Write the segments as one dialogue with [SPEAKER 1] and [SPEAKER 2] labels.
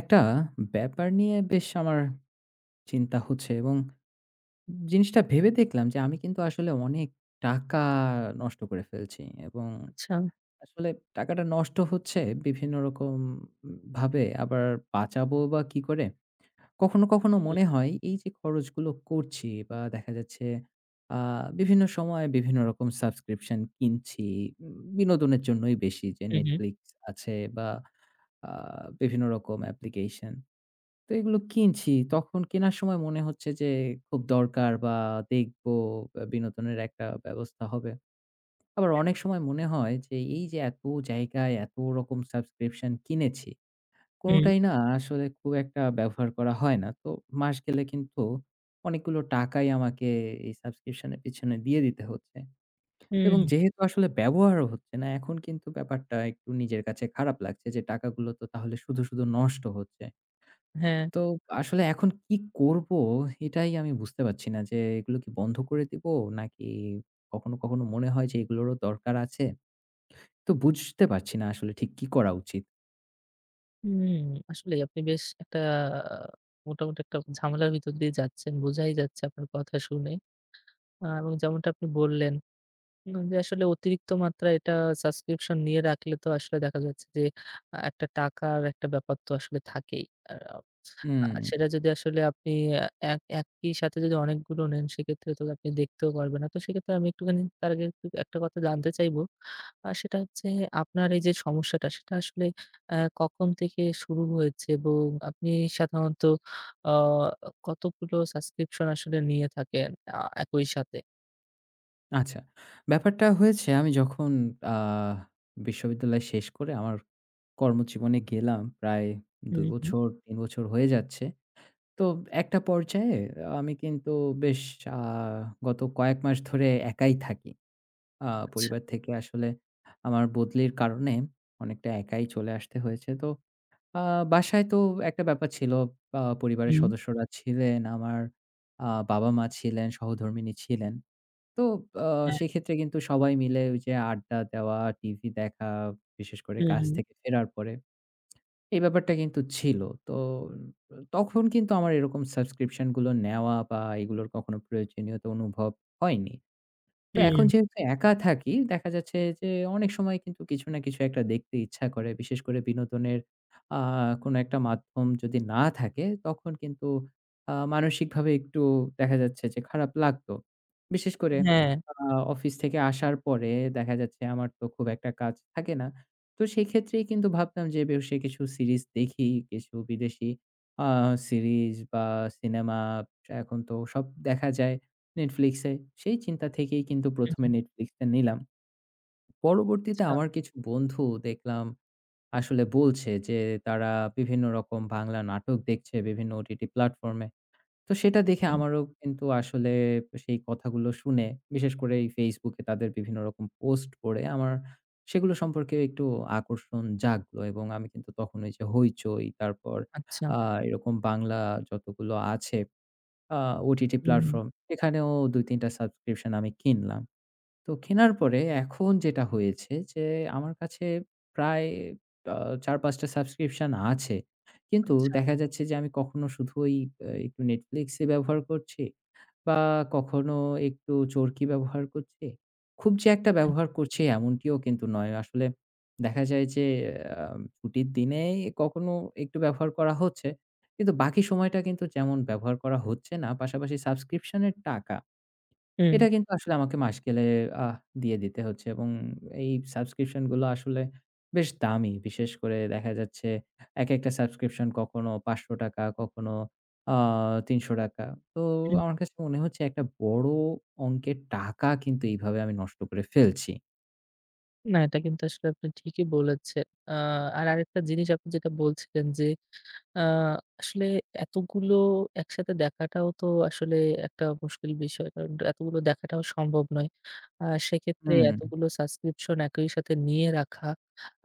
[SPEAKER 1] একটা ব্যাপার নিয়ে বেশ আমার চিন্তা হচ্ছে, এবং জিনিসটা ভেবে দেখলাম যে আমি কিন্তু আসলে অনেক টাকা নষ্ট করে ফেলছি। এবং
[SPEAKER 2] আচ্ছা।
[SPEAKER 1] আসলে টাকাটা নষ্ট হচ্ছে বিভিন্ন রকম ভাবে। আবার বাঁচাবো বা কি করে, কখনো কখনো
[SPEAKER 2] হুম,
[SPEAKER 1] মনে হয় এই যে খরচগুলো করছি, বা দেখা যাচ্ছে বিভিন্ন সময় বিভিন্ন রকম সাবস্ক্রিপশন কিনছি। বিনোদনের জন্যই বেশি, যে
[SPEAKER 2] হুম,
[SPEAKER 1] নেটফ্লিক্স আছে বা বিভিন্ন রকম অ্যাপ্লিকেশন, তো এগুলো কিনছি। তখন কেনার সময় মনে হচ্ছে যে খুব দরকার, বা দেখবো বিনোদনের একটা ব্যবস্থা হবে। আবার অনেক সময় মনে হয় যে এই যে এত জায়গায় এত রকম সাবস্ক্রিপশন কিনেছি,
[SPEAKER 2] হুম,
[SPEAKER 1] কোনটাই না আসলে খুব একটা ব্যবহার করা হয় না। তো মাস গেলে কিন্তু অনেকগুলো টাকাই আমাকে এই সাবস্ক্রিপশন এর পিছনে দিয়ে দিতে হচ্ছে। এবং
[SPEAKER 2] হুম,
[SPEAKER 1] যেহেতু আসলে ব্যবহারও হচ্ছে না, এখন কিন্তু ব্যাপারটা একটু নিজের কাছে খারাপ লাগছে যে টাকাগুলো তো তাহলে শুধু, শুধু নষ্ট হচ্ছে।
[SPEAKER 2] হ্যাঁ,
[SPEAKER 1] তো আসলে এখন কি করব, এটাই আমি বুঝতে পারছি না, যে এগুলো কি বন্ধ করে দিব, নাকি কখনো, কখনো মনে হয় যে এগুলোরও দরকার আছে। তো বুঝতে পারছি না আসলে ঠিক কি করা উচিত।
[SPEAKER 2] হুম। আসলেই আপনি বেশ একটা মোটামুটি একটা ঝামেলার ভিতর দিয়ে যাচ্ছেন। বোঝাই যাচ্ছে আপনার কথা শুনে। এবং যেমনটা আপনি বললেন, যে আসলে অতিরিক্ত মাত্রায় এটা সাবস্ক্রিপশন নিয়ে রাখলে তো আসলে দেখা যাচ্ছে যে একটা টাকার একটা ব্যাপার তো আসলে থাকেই। আ
[SPEAKER 1] হুম,
[SPEAKER 2] আ সেটা যদি আসলে আপনি অ্যা একই সাথে যদি অনেকগুলো নেন সেক্ষেত্রে তো আপনি দেখতেও পারবেন না। তো সেক্ষেত্রে আমি একটুখানি তার আগে একটু একটা কথা জানতে চাইবো। আর সেটা হচ্ছে আপনার এই যে সমস্যাটা সেটা আসলে কখন থেকে শুরু হয়েছে এবং আপনি সাধারণত আ কতগুলো সাবস্ক্রিপশন আসলে নিয়ে থাকেন একই সাথে?
[SPEAKER 1] আচ্ছা। ব্যাপারটা হয়েছে আমি যখন আ বিশ্ববিদ্যালয় শেষ করে আমার কর্মজীবনে গেলাম, প্রায় ২
[SPEAKER 2] হুম, হুম।
[SPEAKER 1] বছর ৩ বছর হয়ে যাচ্ছে। তো একটা পর্যায়ে আমি কিন্তু বেশ আ গত কয়েক মাস ধরে একাই থাকি। আ
[SPEAKER 2] আচ্ছা।
[SPEAKER 1] পরিবার থেকে আসলে আমার বদলির কারণে অনেকটা একাই চলে আসতে হয়েছে। তো আ বাসায় তো একটা ব্যাপার ছিল। পরিবারের
[SPEAKER 2] হুম,
[SPEAKER 1] সদস্যরা ছিলেন, আমার আ বাবা-মা ছিলেন, সহধর্মিণী ছিলেন। তো আ
[SPEAKER 2] হ্যাঁ।
[SPEAKER 1] সেক্ষেত্রে কিন্তু সবাই মিলে ওই যে আড্ডা দেওয়া, টিভি দেখা, বিশেষ করে
[SPEAKER 2] হুম,
[SPEAKER 1] কাজ
[SPEAKER 2] হুম,
[SPEAKER 1] থেকে ফেরার পরে এই ব্যাপারটা কিন্তু ছিল। তো তখন কিন্তু আমার এরকম সাবস্ক্রিপশন গুলো নেওয়া বা এগুলোর কখনো প্রয়োজনীয়তা অনুভব হয়নি। তো এখন
[SPEAKER 2] হুম।
[SPEAKER 1] যেহেতু একা থাকি, দেখা যাচ্ছে যে অনেক সময় কিন্তু কিছু না কিছু একটা দেখতে ইচ্ছা করে। বিশেষ করে বিনোদনের আ কোনো একটা মাধ্যম যদি না থাকে, তখন কিন্তু মানসিকভাবে একটু দেখা যাচ্ছে যে খারাপ লাগতো। বিশেষ করে
[SPEAKER 2] হ্যাঁ।
[SPEAKER 1] আ অফিস থেকে আসার পরে দেখা যাচ্ছে আমার তো খুব একটা কাজ থাকে না। তো সেক্ষেত্রেই কিন্তু ভাবতাম যে বেশি কিছু সিরিজ দেখি, কিছু বিদেশি আ সিরিজ বা সিনেমা, এখন তো সব দেখা যায় Netflix এ। সেই চিন্তা থেকেই কিন্তু
[SPEAKER 2] হুম,
[SPEAKER 1] ১ম এ
[SPEAKER 2] হুম।
[SPEAKER 1] Netflix টা নিলাম। পরবর্তীতে
[SPEAKER 2] আচ্ছা।
[SPEAKER 1] আমার কিছু বন্ধু দেখলাম আসলে বলছে যে, তারা বিভিন্ন রকম বাংলা নাটক দেখছে বিভিন্ন OTT প্ল্যাটফর্মে। তো সেটা দেখে
[SPEAKER 2] হুম।
[SPEAKER 1] আমারও কিন্তু আসলে সেই কথাগুলো শুনে, বিশেষ করে এই Facebook এ তাদের বিভিন্ন রকম পোস্ট পড়ে আমার সেগুলো সম্পর্কে একটু আকর্ষণ জাগলো। এবং আমি কিন্তু তখন ওই যে হইচই, তারপর
[SPEAKER 2] আচ্ছা।
[SPEAKER 1] আ এরকম বাংলা যতগুলো আছে আ ওটিটি
[SPEAKER 2] হুম,
[SPEAKER 1] প্ল্যাটফর্ম,
[SPEAKER 2] হুম।
[SPEAKER 1] এখানেও ২-৩ টা সাবস্ক্রিপশন আমি কিনলাম। তো কেনার পরে এখন যেটা হয়েছে যে, আমার কাছে প্রায় আ ৪-৫ টা সাবস্ক্রিপশন আছে। কিন্তু
[SPEAKER 2] আচ্ছা।
[SPEAKER 1] দেখা যাচ্ছে যে, আমি কখনো শুধু ওই একটু Netflix ই ব্যবহার করছি, বা কখনো একটু চরকি ব্যবহার করছি। খুব যে একটা ব্যবহার করছি, এমনটিও কিন্তু নয়। আসলে দেখা যায় যে আ ছুটির দিনেই কখনো একটু ব্যবহার করা হচ্ছে। কিন্তু বাকি সময়টা কিন্তু যেমন ব্যবহার করা হচ্ছে না। পাশাপাশি সাবস্ক্রিপশন এর টাকা,
[SPEAKER 2] হুম, হুম।
[SPEAKER 1] এটা কিন্তু আসলে আমাকে মাস গেলে আহ দিয়ে দিতে হচ্ছে। এবং এই সাবস্ক্রিপশন গুলো আসলে বেশ দামি। বিশেষ করে দেখা যাচ্ছে একেকটা সাবস্ক্রিপশন কখনো ৳500, কখনো আ ৳300। তো আমার কাছে মনে হচ্ছে একটা বড় অঙ্কের টাকা কিন্তু এইভাবে আমি নষ্ট করে ফেলছি।
[SPEAKER 2] না, এটা কিন্তু আসলে আপনি ঠিকই বলেছেন। আর আরেকটা জিনিস আপনি যেটা বলছিলেন যে, আ আসলে এতগুলো একসাথে দেখাটাও তো আসলে একটা মুশকিল বিষয়। কারণ এতগুলো দেখাটাও সম্ভব নয়। সেক্ষেত্রে,
[SPEAKER 1] হুম,
[SPEAKER 2] হুম। এতগুলো সাবস্ক্রিপশন একই সাথে নিয়ে রাখা,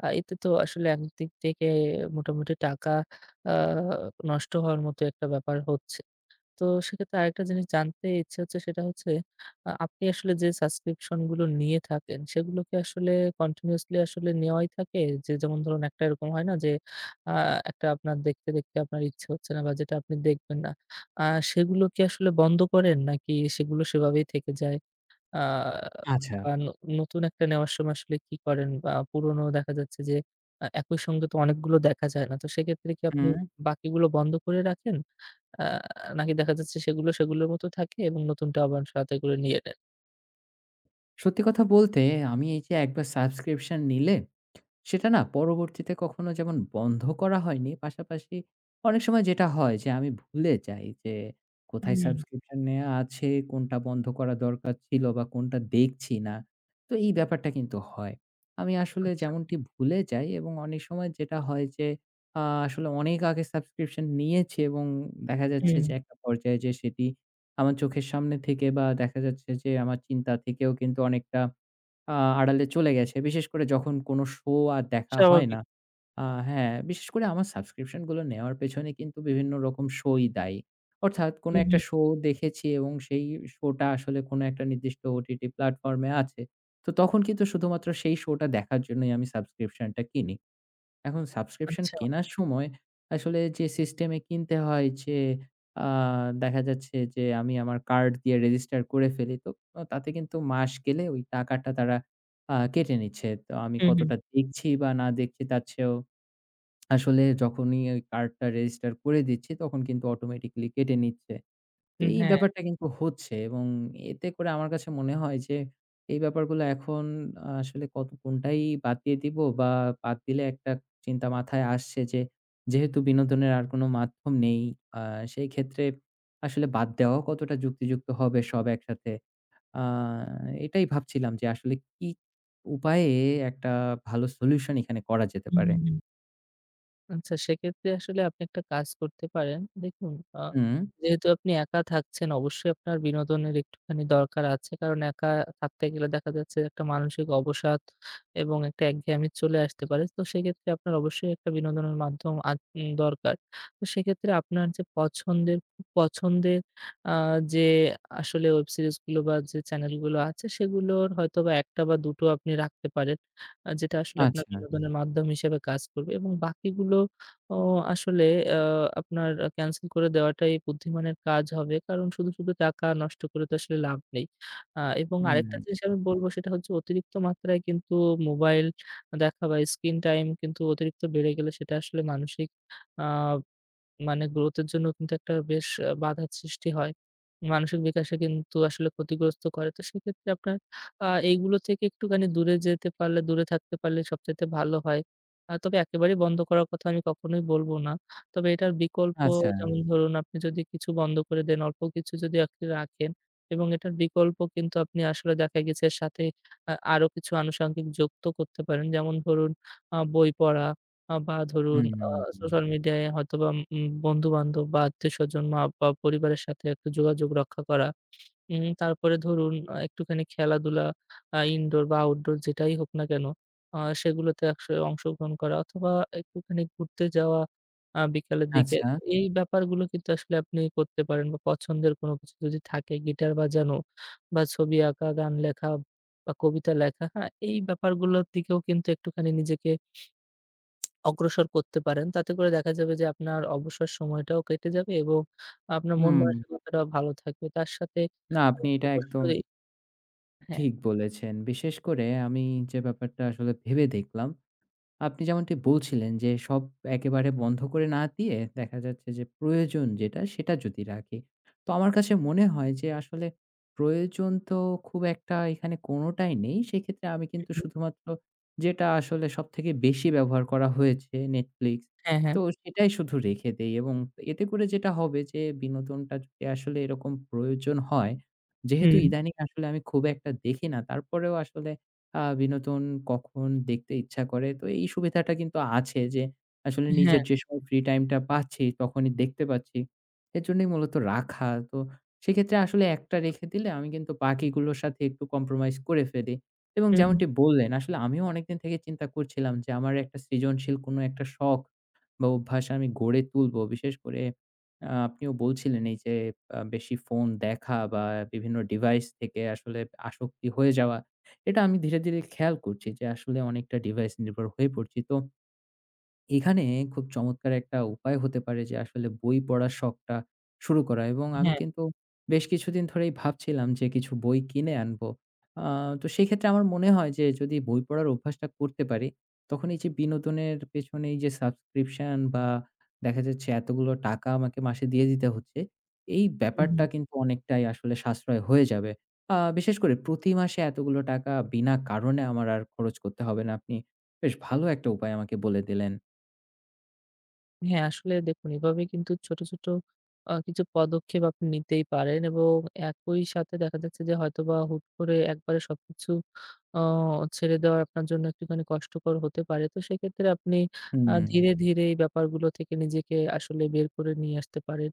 [SPEAKER 2] এতে তো আসলে একদিক থেকে মোটামুটি টাকা আ নষ্ট হওয়ার মতো একটা ব্যাপার হচ্ছে। তো সেক্ষেত্রে আরেকটা জিনিস জানতে ইচ্ছে হচ্ছে, সেটা হচ্ছে আপনি আসলে যে সাবস্ক্রিপশন গুলো নিয়ে থাকেন সেগুলো কি আসলে কন্টিনিউয়াসলি আসলে নেওয়াই থাকে? যে যেমন ধরুন একটা এরকম হয় না যে আ একটা আপনার দেখতে, দেখতে আপনার ইচ্ছে হচ্ছে না বা যেটা আপনি দেখবেন না। আ সেগুলো কি আসলে বন্ধ করেন নাকি সেগুলো সেভাবেই থেকে যায়? আ
[SPEAKER 1] আচ্ছা।
[SPEAKER 2] বা নতুন একটা নেওয়ার সময় আসলে কি করেন? বা পুরনো দেখা যাচ্ছে যে একই সঙ্গে তো অনেকগুলো দেখা যায় না। তো সেক্ষেত্রে কি আপনি
[SPEAKER 1] হুম।
[SPEAKER 2] বাকিগুলো বন্ধ করে রাখেন? আ নাকি দেখা যাচ্ছে সেগুলো, সেগুলোর মতো থাকে এবং নতুনটা আবার সাথে করে নিয়ে নেন?
[SPEAKER 1] সত্যি কথা বলতে, আমি এই যে একবার সাবস্ক্রিপশন নিলে সেটা না পরবর্তীতে কখনো যেমন বন্ধ করা হয়নি। পাশাপাশি অনেক সময় যেটা হয় যে আমি ভুলে যাই যে কোথায়
[SPEAKER 2] হুম।
[SPEAKER 1] সাবস্ক্রিপশন নেয়া আছে, কোনটা বন্ধ করা দরকার ছিল বা কোনটা দেখছি না। তো এই ব্যাপারটা কিন্তু হয়। আমি আসলে
[SPEAKER 2] আচ্ছা।
[SPEAKER 1] যেমনটি ভুলে যাই, এবং অনেক সময় যেটা হয় যে আসলে অনেক আগে সাবস্ক্রিপশন নিয়েছি, এবং দেখা যাচ্ছে
[SPEAKER 2] হুম।
[SPEAKER 1] যে একটা পর্যায়ে যে সেটি আমার চোখের সামনে থেকে বা দেখা যাচ্ছে যে আমার চিন্তা থেকেও কিন্তু অনেকটা আ আড়ালে চলে গেছে। বিশেষ করে যখন কোনো শো আর দেখা হয় না।
[SPEAKER 2] স্বাভাবিক।
[SPEAKER 1] হ্যাঁ, বিশেষ করে আমার সাবস্ক্রিপশন গুলো নেওয়ার পেছনে কিন্তু বিভিন্ন রকম শোই দায়ী। অর্থাৎ কোনো
[SPEAKER 2] হুম,
[SPEAKER 1] একটা
[SPEAKER 2] হুম।
[SPEAKER 1] শো দেখেছি, এবং সেই শোটা আসলে কোনো একটা নির্দিষ্ট ওটিটি প্ল্যাটফর্ম এ আছে। তো তখন কিন্তু শুধুমাত্র সেই শোটা দেখার জন্যই আমি সাবস্ক্রিপশনটা কিনি। এখন সাবস্ক্রিপশন
[SPEAKER 2] আচ্ছা।
[SPEAKER 1] কেনার সময় আসলে যে সিস্টেমে কিনতে হয়, যে আ দেখা যাচ্ছে যে আমি আমার কার্ড দিয়ে রেজিস্টার করে ফেলি। তো তাতে কিন্তু মাস গেলে ওই টাকাটা তারা কেটে নিচ্ছে। তো আমি
[SPEAKER 2] হুম, হুম।
[SPEAKER 1] কতটা দেখছি বা না দেখছি তার চেয়েও আসলে যখনই ওই কার্ডটা রেজিস্টার করে দিচ্ছি, তখন কিন্তু অটোমেটিক্যালি কেটে নিচ্ছে। তো
[SPEAKER 2] হুম,
[SPEAKER 1] এই
[SPEAKER 2] হ্যাঁ।
[SPEAKER 1] ব্যাপারটা কিন্তু হচ্ছে, এবং এতে করে আমার কাছে মনে হয় যে এই ব্যাপারগুলো এখন আসলে কত কোনটাই বাদ দিয়ে দিব, বা বাদ দিলে একটা চিন্তা মাথায় আসছে যে যেহেতু বিনোদনের আর কোনো মাধ্যম নেই আ সেই ক্ষেত্রে আসলে বাদ দেওয়াও কতটা যুক্তিযুক্ত হবে সব একসাথে। আ এটাই ভাবছিলাম যে আসলে কি উপায়ে একটা ভালো সলিউশন এখানে করা যেতে
[SPEAKER 2] হুম,
[SPEAKER 1] পারে?
[SPEAKER 2] হুম, হুম। আচ্ছা, সেক্ষেত্রে আসলে আপনি একটা কাজ করতে পারেন। দেখুন, আ হুম।
[SPEAKER 1] হুম,
[SPEAKER 2] যেহেতু আপনি একা থাকছেন, অবশ্যই আপনার বিনোদনের একটুখানি দরকার আছে। কারণ একা থাকতে গেলে দেখা যাচ্ছে একটা মানসিক অবসাদ এবং একটা একঘেয়েমি চলে আসতে পারে। তো সেক্ষেত্রে আপনার অবশ্যই একটা বিনোদনের মাধ্যম দরকার। তো সেক্ষেত্রে আপনার যে পছন্দের, খুব পছন্দের আ যে আসলে ওয়েব সিরিজগুলো বা যে চ্যানেলগুলো আছে, সেগুলোর হয়তোবা ১ টা বা ২ টো আপনি রাখতে পারেন। যেটা আসলে আপনার
[SPEAKER 1] আচ্ছা,
[SPEAKER 2] বিনোদনের মাধ্যম হিসেবে কাজ করবে এবং বাকিগুলো অ আসলে আ আপনার ক্যানসেল করে দেওয়াটাই বুদ্ধিমানের কাজ হবে। কারণ শুধু, শুধু টাকা নষ্ট করে তো আসলে লাভ নেই। এবং আরেকটা
[SPEAKER 1] হুম,
[SPEAKER 2] জিনিস আমি বলব সেটা হচ্ছে, অতিরিক্ত মাত্রায় কিন্তু মোবাইল দেখা বা স্ক্রিন টাইম কিন্তু অতিরিক্ত বেড়ে গেলে সেটা আসলে মানসিক আ মানে গ্রোথ এর জন্য কিন্তু একটা বেশ বাধার সৃষ্টি হয়। মানসিক বিকাশে কিন্তু আসলে ক্ষতিগ্রস্ত করে। তো সেক্ষেত্রে আপনার এইগুলো থেকে একটুখানি দূরে যেতে পারলে, দূরে থাকতে পারলে সবচাইতে ভালো হয়। তবে একেবারেই বন্ধ করার কথা আমি কখনোই বলব না। তবে এটার বিকল্প
[SPEAKER 1] আচ্ছা,
[SPEAKER 2] যেমন ধরুন আপনি যদি কিছু বন্ধ করে দেন, অল্প কিছু যদি আপনি রাখেন, এবং এটার বিকল্প কিন্তু আপনি আসলে দেখা গেছে, এর সাথে আরো কিছু আনুষঙ্গিক যুক্ত করতে পারেন। যেমন ধরুন বই পড়া বা ধরুন
[SPEAKER 1] হুম, হুম, হুম,
[SPEAKER 2] সোশ্যাল মিডিয়ায় হয়তোবা বন্ধু-বান্ধব বা আত্মীয়স্বজন, মা-বাবা, পরিবারের সাথে একটু যোগাযোগ রক্ষা করা। তারপরে ধরুন একটুখানি খেলাধুলা, ইনডোর বা আউটডোর যেটাই হোক না কেন, সেগুলোতে অংশগ্রহণ করা অথবা একটুখানি ঘুরতে যাওয়া বিকালের দিকে।
[SPEAKER 1] আচ্ছা,
[SPEAKER 2] তো এই ব্যাপারগুলো কিন্তু আসলে আপনি করতে পারেন, বা পছন্দের কোনো কিছু যদি থাকে গিটার বাজানো বা ছবি আঁকা, গান লেখা বা কবিতা লেখা, হ্যাঁ? এই ব্যাপারগুলোর দিকেও কিন্তু একটুখানি নিজেকে অগ্রসর করতে পারেন। তাতে করে দেখা যাবে যে আপনার অবসর সময়টাও কেটে যাবে এবং আপনার মন
[SPEAKER 1] হুম।
[SPEAKER 2] মানসিকতাটাও ভালো থাকবে। তার সাথে
[SPEAKER 1] না, আপনি এটা একদম
[SPEAKER 2] অবশ্যই। হ্যাঁ,
[SPEAKER 1] ঠিক বলেছেন। বিশেষ করে আমি যে ব্যাপারটা আসলে ভেবে দেখলাম, আপনি যেমনটি বলছিলেন যে, সব একেবারে বন্ধ করে না দিয়ে দেখা যাচ্ছে যে, প্রয়োজন যেটা, সেটা যদি রাখি। তো আমার কাছে মনে হয় যে আসলে প্রয়োজন তো খুব একটা এখানে কোনটাই নেই। সেক্ষেত্রে আমি কিন্তু শুধুমাত্র যেটা আসলে সবথেকে বেশি ব্যবহার করা হয়েছে, Netflix,
[SPEAKER 2] হ্যাঁ, হ্যাঁ,
[SPEAKER 1] তো সেটাই শুধু রেখে দেই। এবং এতে করে যেটা হবে যে বিনোদনটা যদি আসলে এরকম প্রয়োজন হয়, যেহেতু
[SPEAKER 2] হুম,
[SPEAKER 1] ইদানিং আসলে আমি খুব একটা দেখি না, তারপরেও আসলে বিনোদন কখন দেখতে ইচ্ছা করে। তো এই সুবিধাটা কিন্তু আছে যে আসলে
[SPEAKER 2] হ্যাঁ,
[SPEAKER 1] নিজের যে সময় ফ্রি টাইমটা পাচ্ছি, তখনই দেখতে পাচ্ছি। এর জন্যই মূলত রাখা। তো সেক্ষেত্রে আসলে একটা রেখে দিলে আমি কিন্তু বাকিগুলোর সাথে একটু কম্প্রোমাইজ করে ফেলি। এবং
[SPEAKER 2] হুম,
[SPEAKER 1] যেমনটি বললেন, আসলে আমিও অনেকদিন থেকে চিন্তা করছিলাম যে আমার একটা সৃজনশীল কোনো একটা শখ বা অভ্যাস আমি গড়ে তুলবো। বিশেষ করে আপনিও বলছিলেন এই যে বেশি ফোন দেখা বা বিভিন্ন ডিভাইস থেকে আসলে আসক্তি হয়ে যাওয়া। এটা আমি ধীরে, ধীরে খেয়াল করছি যে আসলে অনেকটা ডিভাইস নির্ভর হয়ে পড়ছি। তো এখানে খুব চমৎকার একটা উপায় হতে পারে যে আসলে বই পড়ার শখটা শুরু করা, এবং আমি
[SPEAKER 2] হ্যাঁ,
[SPEAKER 1] কিন্তু বেশ কিছুদিন ধরেই ভাবছিলাম যে কিছু বই কিনে আনবো। আ তো সেক্ষেত্রে আমার মনে হয় যে যদি বই পড়ার অভ্যাসটা করতে পারি, তখন এই যে বিনোদনের পেছনে এই যে সাবস্ক্রিপশন, বা দেখা যাচ্ছে এতগুলো টাকা আমাকে মাসে দিয়ে দিতে হচ্ছে, এই
[SPEAKER 2] হুম।
[SPEAKER 1] ব্যাপারটা কিন্তু অনেকটাই আসলে সাশ্রয় হয়ে যাবে। বিশেষ করে প্রতি মাসে এতগুলো টাকা বিনা কারণে আমার আর খরচ করতে হবে না। আপনি বেশ ভালো একটা উপায় আমাকে বলে দিলেন।
[SPEAKER 2] হ্যাঁ, আসলে দেখুন, এভাবে কিন্তু ছোট, ছোট কিছু পদক্ষেপ আপনি নিতেই পারেন, এবং একই সাথে দেখা যাচ্ছে যে হয়তোবা হুট করে একবারে সবকিছু অ ছেড়ে দেওয়া আপনার জন্য একটুখানি কষ্টকর হতে পারে। তো সেক্ষেত্রে আপনি আ
[SPEAKER 1] হুম,
[SPEAKER 2] হুম। ধীরে, ধীরে এই ব্যাপারগুলো থেকে নিজেকে আসলে বের করে নিয়ে আসতে পারেন।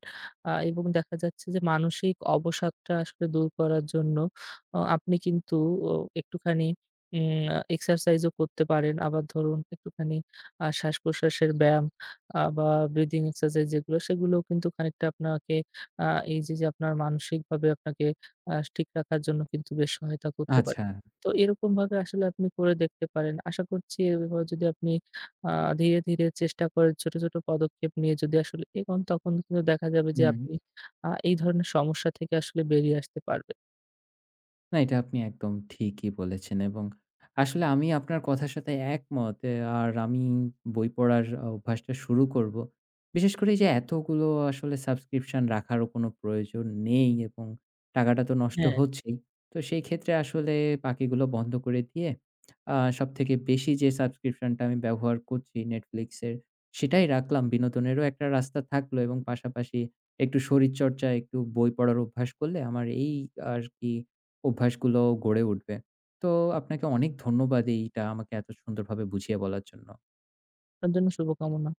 [SPEAKER 2] এবং দেখা যাচ্ছে যে মানসিক অবসাদটা আসলে দূর করার জন্য আপনি কিন্তু ও একটুখানি উম এক্সারসাইজও করতে পারেন। আবার ধরুন একটুখানি শ্বাস-প্রশ্বাসের ব্যায়াম বা ব্রিথিং এক্সারসাইজ যেগুলো সেগুলোও কিন্তু খানিকটা আপনাকে আ এই যে, যে আপনার মানসিকভাবে আপনাকে ঠিক রাখার জন্য কিন্তু বেশ সহায়তা করতে পারে।
[SPEAKER 1] আচ্ছা।
[SPEAKER 2] তো এরকমভাবে আসলে আপনি করে দেখতে পারেন। আশা করছি এভাবে যদি আপনি আ ধীরে, ধীরে চেষ্টা করেন, ছোট, ছোট পদক্ষেপ নিয়ে যদি আসলে এগোন, তখন কিন্তু দেখা যাবে যে
[SPEAKER 1] হুম।
[SPEAKER 2] আপনি এই ধরনের সমস্যা থেকে আসলে বেরিয়ে আসতে পারবেন।
[SPEAKER 1] না, এটা আপনি একদম ঠিকই বলেছেন, এবং আসলে আমি আপনার কথার সাথে একমত। আর আমি বই পড়ার অভ্যাসটা শুরু করব। বিশেষ করে এই যে এতগুলো আসলে সাবস্ক্রিপশন রাখারও কোনো প্রয়োজন নেই, এবং টাকাটা তো নষ্ট
[SPEAKER 2] হ্যাঁ।
[SPEAKER 1] হচ্ছেই। তো সেই ক্ষেত্রে আসলে বাকিগুলো বন্ধ করে দিয়ে সবথেকে বেশি যে সাবস্ক্রিপশনটা আমি ব্যবহার করছি Netflix এর, সেটাই রাখলাম। বিনোদনেরও একটা রাস্তা থাকলো, এবং পাশাপাশি একটু শরীরচর্চা, একটু বই পড়ার অভ্যাস করলে আমার এই আর কি অভ্যাসগুলো গড়ে উঠবে। তো আপনাকে অনেক ধন্যবাদ এইটা আমাকে এত সুন্দরভাবে বুঝিয়ে বলার জন্য।
[SPEAKER 2] আপনার জন্য শুভকামনা।